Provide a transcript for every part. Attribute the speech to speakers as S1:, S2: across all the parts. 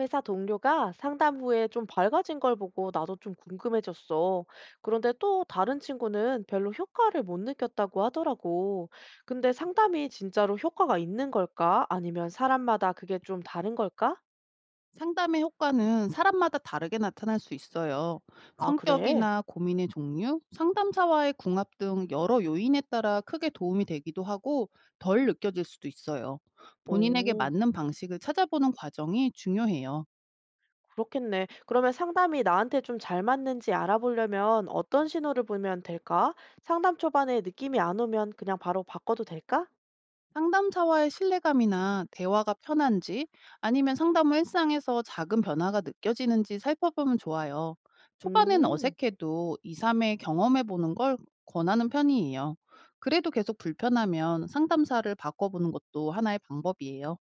S1: 회사 동료가 상담 후에 좀 밝아진 걸 보고 나도 좀 궁금해졌어. 그런데 또 다른 친구는 별로 효과를 못 느꼈다고 하더라고. 근데 상담이 진짜로 효과가 있는 걸까? 아니면 사람마다 그게 좀 다른 걸까?
S2: 상담의 효과는 사람마다 다르게 나타날 수 있어요.
S1: 아, 그래?
S2: 성격이나 고민의 종류, 상담사와의 궁합 등 여러 요인에 따라 크게 도움이 되기도 하고 덜 느껴질 수도 있어요. 본인에게
S1: 오,
S2: 맞는 방식을 찾아보는 과정이 중요해요.
S1: 그렇겠네. 그러면 상담이 나한테 좀 잘 맞는지 알아보려면 어떤 신호를 보면 될까? 상담 초반에 느낌이 안 오면 그냥 바로 바꿔도 될까?
S2: 상담사와의 신뢰감이나 대화가 편한지 아니면 상담 후 일상에서 작은 변화가 느껴지는지 살펴보면 좋아요. 초반엔
S1: 음.
S2: 어색해도 2, 3회 경험해 보는 걸 권하는 편이에요. 그래도 계속 불편하면 상담사를 바꿔보는 것도 하나의 방법이에요.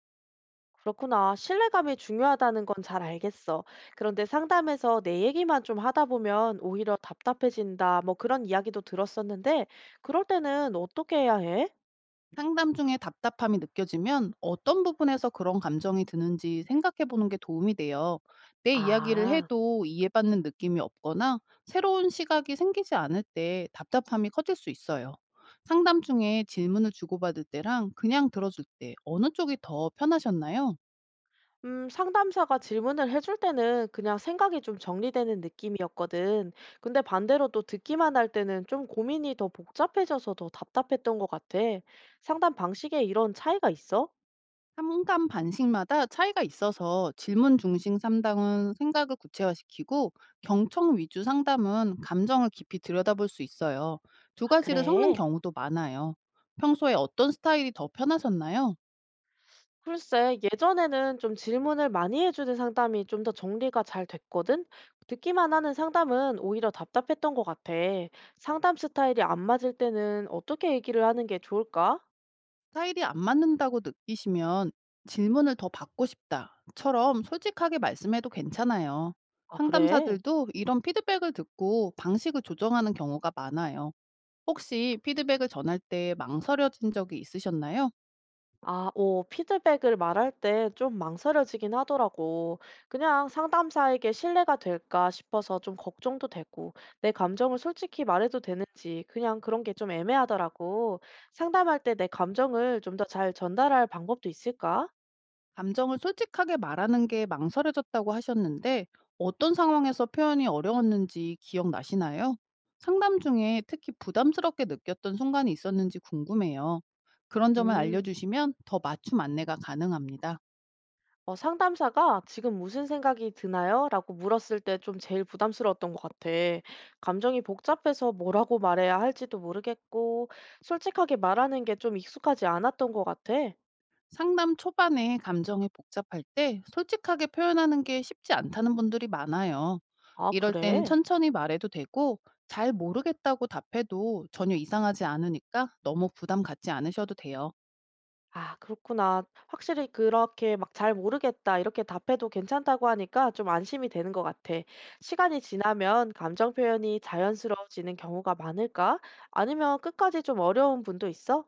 S1: 그렇구나. 신뢰감이 중요하다는 건 잘 알겠어. 그런데 상담에서 내 얘기만 좀 하다 보면 오히려 답답해진다. 뭐 그런 이야기도 들었었는데, 그럴 때는 어떻게 해야 해?
S2: 상담 중에 답답함이 느껴지면 어떤 부분에서 그런 감정이 드는지 생각해 보는 게 도움이 돼요. 내 이야기를
S1: 아,
S2: 해도 이해받는 느낌이 없거나 새로운 시각이 생기지 않을 때 답답함이 커질 수 있어요. 상담 중에 질문을 주고받을 때랑 그냥 들어줄 때 어느 쪽이 더 편하셨나요?
S1: 상담사가 질문을 해줄 때는 그냥 생각이 좀 정리되는 느낌이었거든. 근데 반대로 또 듣기만 할 때는 좀 고민이 더 복잡해져서 더 답답했던 것 같아. 상담 방식에 이런 차이가 있어?
S2: 상감반식마다 차이가 있어서 질문 중심 상담은 생각을 구체화시키고 경청 위주 상담은 감정을 깊이 들여다볼 수 있어요. 두
S1: 아,
S2: 가지를 섞는
S1: 그래.
S2: 경우도 많아요. 평소에 어떤 스타일이 더 편하셨나요?
S1: 글쎄, 예전에는 좀 질문을 많이 해주는 상담이 좀 더 정리가 잘 됐거든? 듣기만 하는 상담은 오히려 답답했던 것 같아. 상담 스타일이 안 맞을 때는 어떻게 얘기를 하는 게 좋을까?
S2: 스타일이 안 맞는다고 느끼시면 질문을 더 받고 싶다처럼 솔직하게 말씀해도 괜찮아요.
S1: 아, 그래?
S2: 상담사들도 이런 피드백을 듣고 방식을 조정하는 경우가 많아요. 혹시 피드백을 전할 때 망설여진 적이 있으셨나요?
S1: 아, 오, 피드백을 말할 때 좀 망설여지긴 하더라고. 그냥 상담사에게 신뢰가 될까 싶어서 좀 걱정도 되고, 내 감정을 솔직히 말해도 되는지 그냥 그런 게 좀 애매하더라고. 상담할 때 내 감정을 좀 더 잘 전달할 방법도 있을까?
S2: 감정을 솔직하게 말하는 게 망설여졌다고 하셨는데 어떤 상황에서 표현이 어려웠는지 기억나시나요? 상담 중에 특히 부담스럽게 느꼈던 순간이 있었는지 궁금해요. 그런 점을
S1: 음,
S2: 알려주시면 더 맞춤 안내가 가능합니다.
S1: 상담사가 지금 무슨 생각이 드나요? 라고 물었을 때 좀 제일 부담스러웠던 것 같아. 감정이 복잡해서 뭐라고 말해야 할지도 모르겠고, 솔직하게 말하는 게 좀 익숙하지 않았던 것 같아.
S2: 상담 초반에 감정이 복잡할 때 솔직하게 표현하는 게 쉽지 않다는 분들이 많아요.
S1: 아,
S2: 이럴 땐
S1: 그래?
S2: 천천히 말해도 되고, 잘 모르겠다고 답해도 전혀 이상하지 않으니까 너무 부담 갖지 않으셔도 돼요.
S1: 아, 그렇구나. 확실히 그렇게 막 잘 모르겠다. 이렇게 답해도 괜찮다고 하니까 좀 안심이 되는 것 같아. 시간이 지나면 감정 표현이 자연스러워지는 경우가 많을까? 아니면 끝까지 좀 어려운 분도 있어?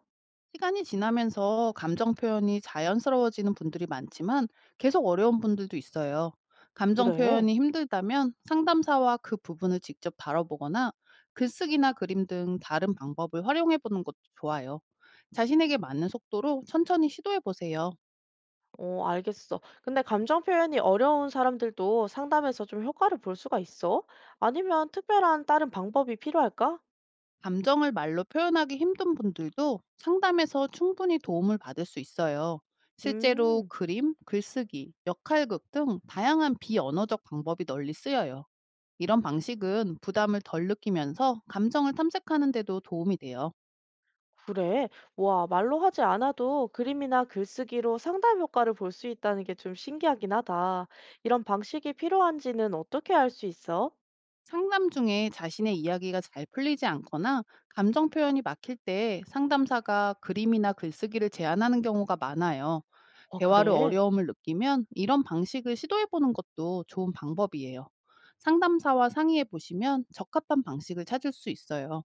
S2: 시간이 지나면서 감정 표현이 자연스러워지는 분들이 많지만 계속 어려운 분들도 있어요. 감정
S1: 그래.
S2: 표현이 힘들다면 상담사와 그 부분을 직접 다뤄보거나 글쓰기나 그림 등 다른 방법을 활용해 보는 것도 좋아요. 자신에게 맞는 속도로 천천히 시도해 보세요.
S1: 어, 알겠어. 근데 감정 표현이 어려운 사람들도 상담에서 좀 효과를 볼 수가 있어? 아니면 특별한 다른 방법이 필요할까?
S2: 감정을 말로 표현하기 힘든 분들도 상담에서 충분히 도움을 받을 수 있어요. 실제로
S1: 음,
S2: 그림, 글쓰기, 역할극 등 다양한 비언어적 방법이 널리 쓰여요. 이런 방식은 부담을 덜 느끼면서 감정을 탐색하는 데도 도움이 돼요.
S1: 그래. 와, 말로 하지 않아도 그림이나 글쓰기로 상담 효과를 볼 수 있다는 게 좀 신기하긴 하다. 이런 방식이 필요한지는 어떻게 알 수 있어?
S2: 상담 중에 자신의 이야기가 잘 풀리지 않거나 감정 표현이 막힐 때 상담사가 그림이나 글쓰기를 제안하는 경우가 많아요.
S1: 아,
S2: 대화를
S1: 그래.
S2: 어려움을 느끼면 이런 방식을 시도해보는 것도 좋은 방법이에요. 상담사와 상의해 보시면 적합한 방식을 찾을 수 있어요.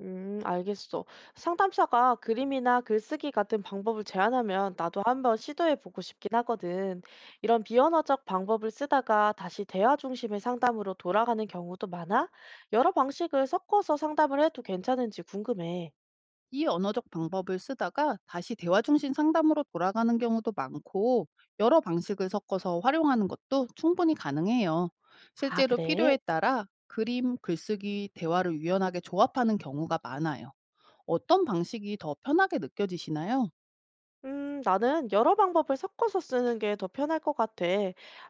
S1: 알겠어. 상담사가 그림이나 글쓰기 같은 방법을 제안하면 나도 한번 시도해 보고 싶긴 하거든. 이런 비언어적 방법을 쓰다가 다시 대화 중심의 상담으로 돌아가는 경우도 많아? 여러 방식을 섞어서 상담을 해도 괜찮은지 궁금해.
S2: 이 언어적 방법을 쓰다가 다시 대화 중심 상담으로 돌아가는 경우도 많고 여러 방식을 섞어서 활용하는 것도 충분히 가능해요.
S1: 아,
S2: 실제로
S1: 그래?
S2: 필요에 따라 그림, 글쓰기, 대화를 유연하게 조합하는 경우가 많아요. 어떤 방식이 더 편하게 느껴지시나요?
S1: 나는 여러 방법을 섞어서 쓰는 게 더 편할 것 같아.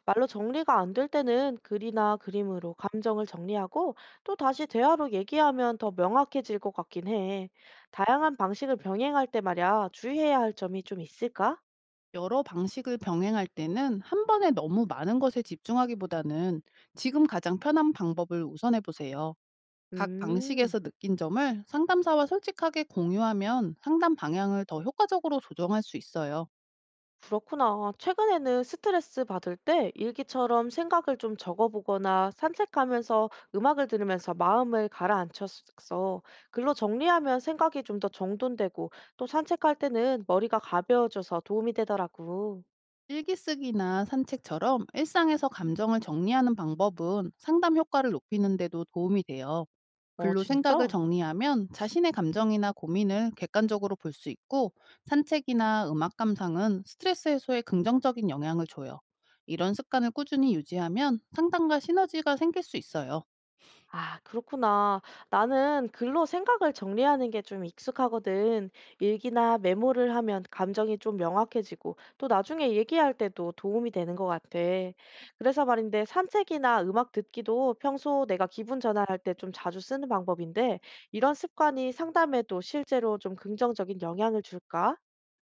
S1: 말로 정리가 안 될 때는 글이나 그림으로 감정을 정리하고 또 다시 대화로 얘기하면 더 명확해질 것 같긴 해. 다양한 방식을 병행할 때 말야 주의해야 할 점이 좀 있을까?
S2: 여러 방식을 병행할 때는 한 번에 너무 많은 것에 집중하기보다는 지금 가장 편한 방법을 우선해 보세요. 각
S1: 음.
S2: 방식에서 느낀 점을 상담사와 솔직하게 공유하면 상담 방향을 더 효과적으로 조정할 수 있어요.
S1: 그렇구나. 최근에는 스트레스 받을 때 일기처럼 생각을 좀 적어보거나 산책하면서 음악을 들으면서 마음을 가라앉혔어. 글로 정리하면 생각이 좀 더 정돈되고 또 산책할 때는 머리가 가벼워져서 도움이 되더라고.
S2: 일기 쓰기나 산책처럼 일상에서 감정을 정리하는 방법은 상담 효과를 높이는데도 도움이 돼요.
S1: 어,
S2: 글로 생각을
S1: 진짜?
S2: 정리하면 자신의 감정이나 고민을 객관적으로 볼 수 있고 산책이나 음악 감상은 스트레스 해소에 긍정적인 영향을 줘요. 이런 습관을 꾸준히 유지하면 상담과 시너지가 생길 수 있어요.
S1: 아, 그렇구나. 나는 글로 생각을 정리하는 게 좀 익숙하거든. 일기나 메모를 하면 감정이 좀 명확해지고 또 나중에 얘기할 때도 도움이 되는 것 같아. 그래서 말인데 산책이나 음악 듣기도 평소 내가 기분 전환할 때 좀 자주 쓰는 방법인데 이런 습관이 상담에도 실제로 좀 긍정적인 영향을 줄까?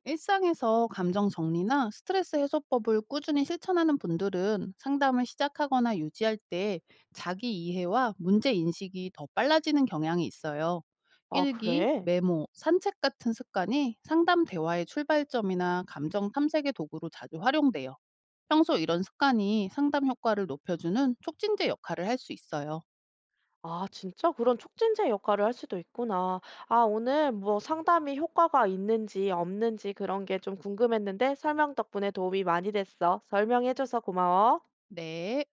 S2: 일상에서 감정 정리나 스트레스 해소법을 꾸준히 실천하는 분들은 상담을 시작하거나 유지할 때 자기 이해와 문제 인식이 더 빨라지는 경향이 있어요.
S1: 아,
S2: 일기,
S1: 그래?
S2: 메모, 산책 같은 습관이 상담 대화의 출발점이나 감정 탐색의 도구로 자주 활용돼요. 평소 이런 습관이 상담 효과를 높여주는 촉진제 역할을 할 수 있어요.
S1: 아, 진짜 그런 촉진제 역할을 할 수도 있구나. 아, 오늘 뭐 상담이 효과가 있는지 없는지 그런 게 좀 궁금했는데 설명 덕분에 도움이 많이 됐어. 설명해줘서 고마워.
S2: 네.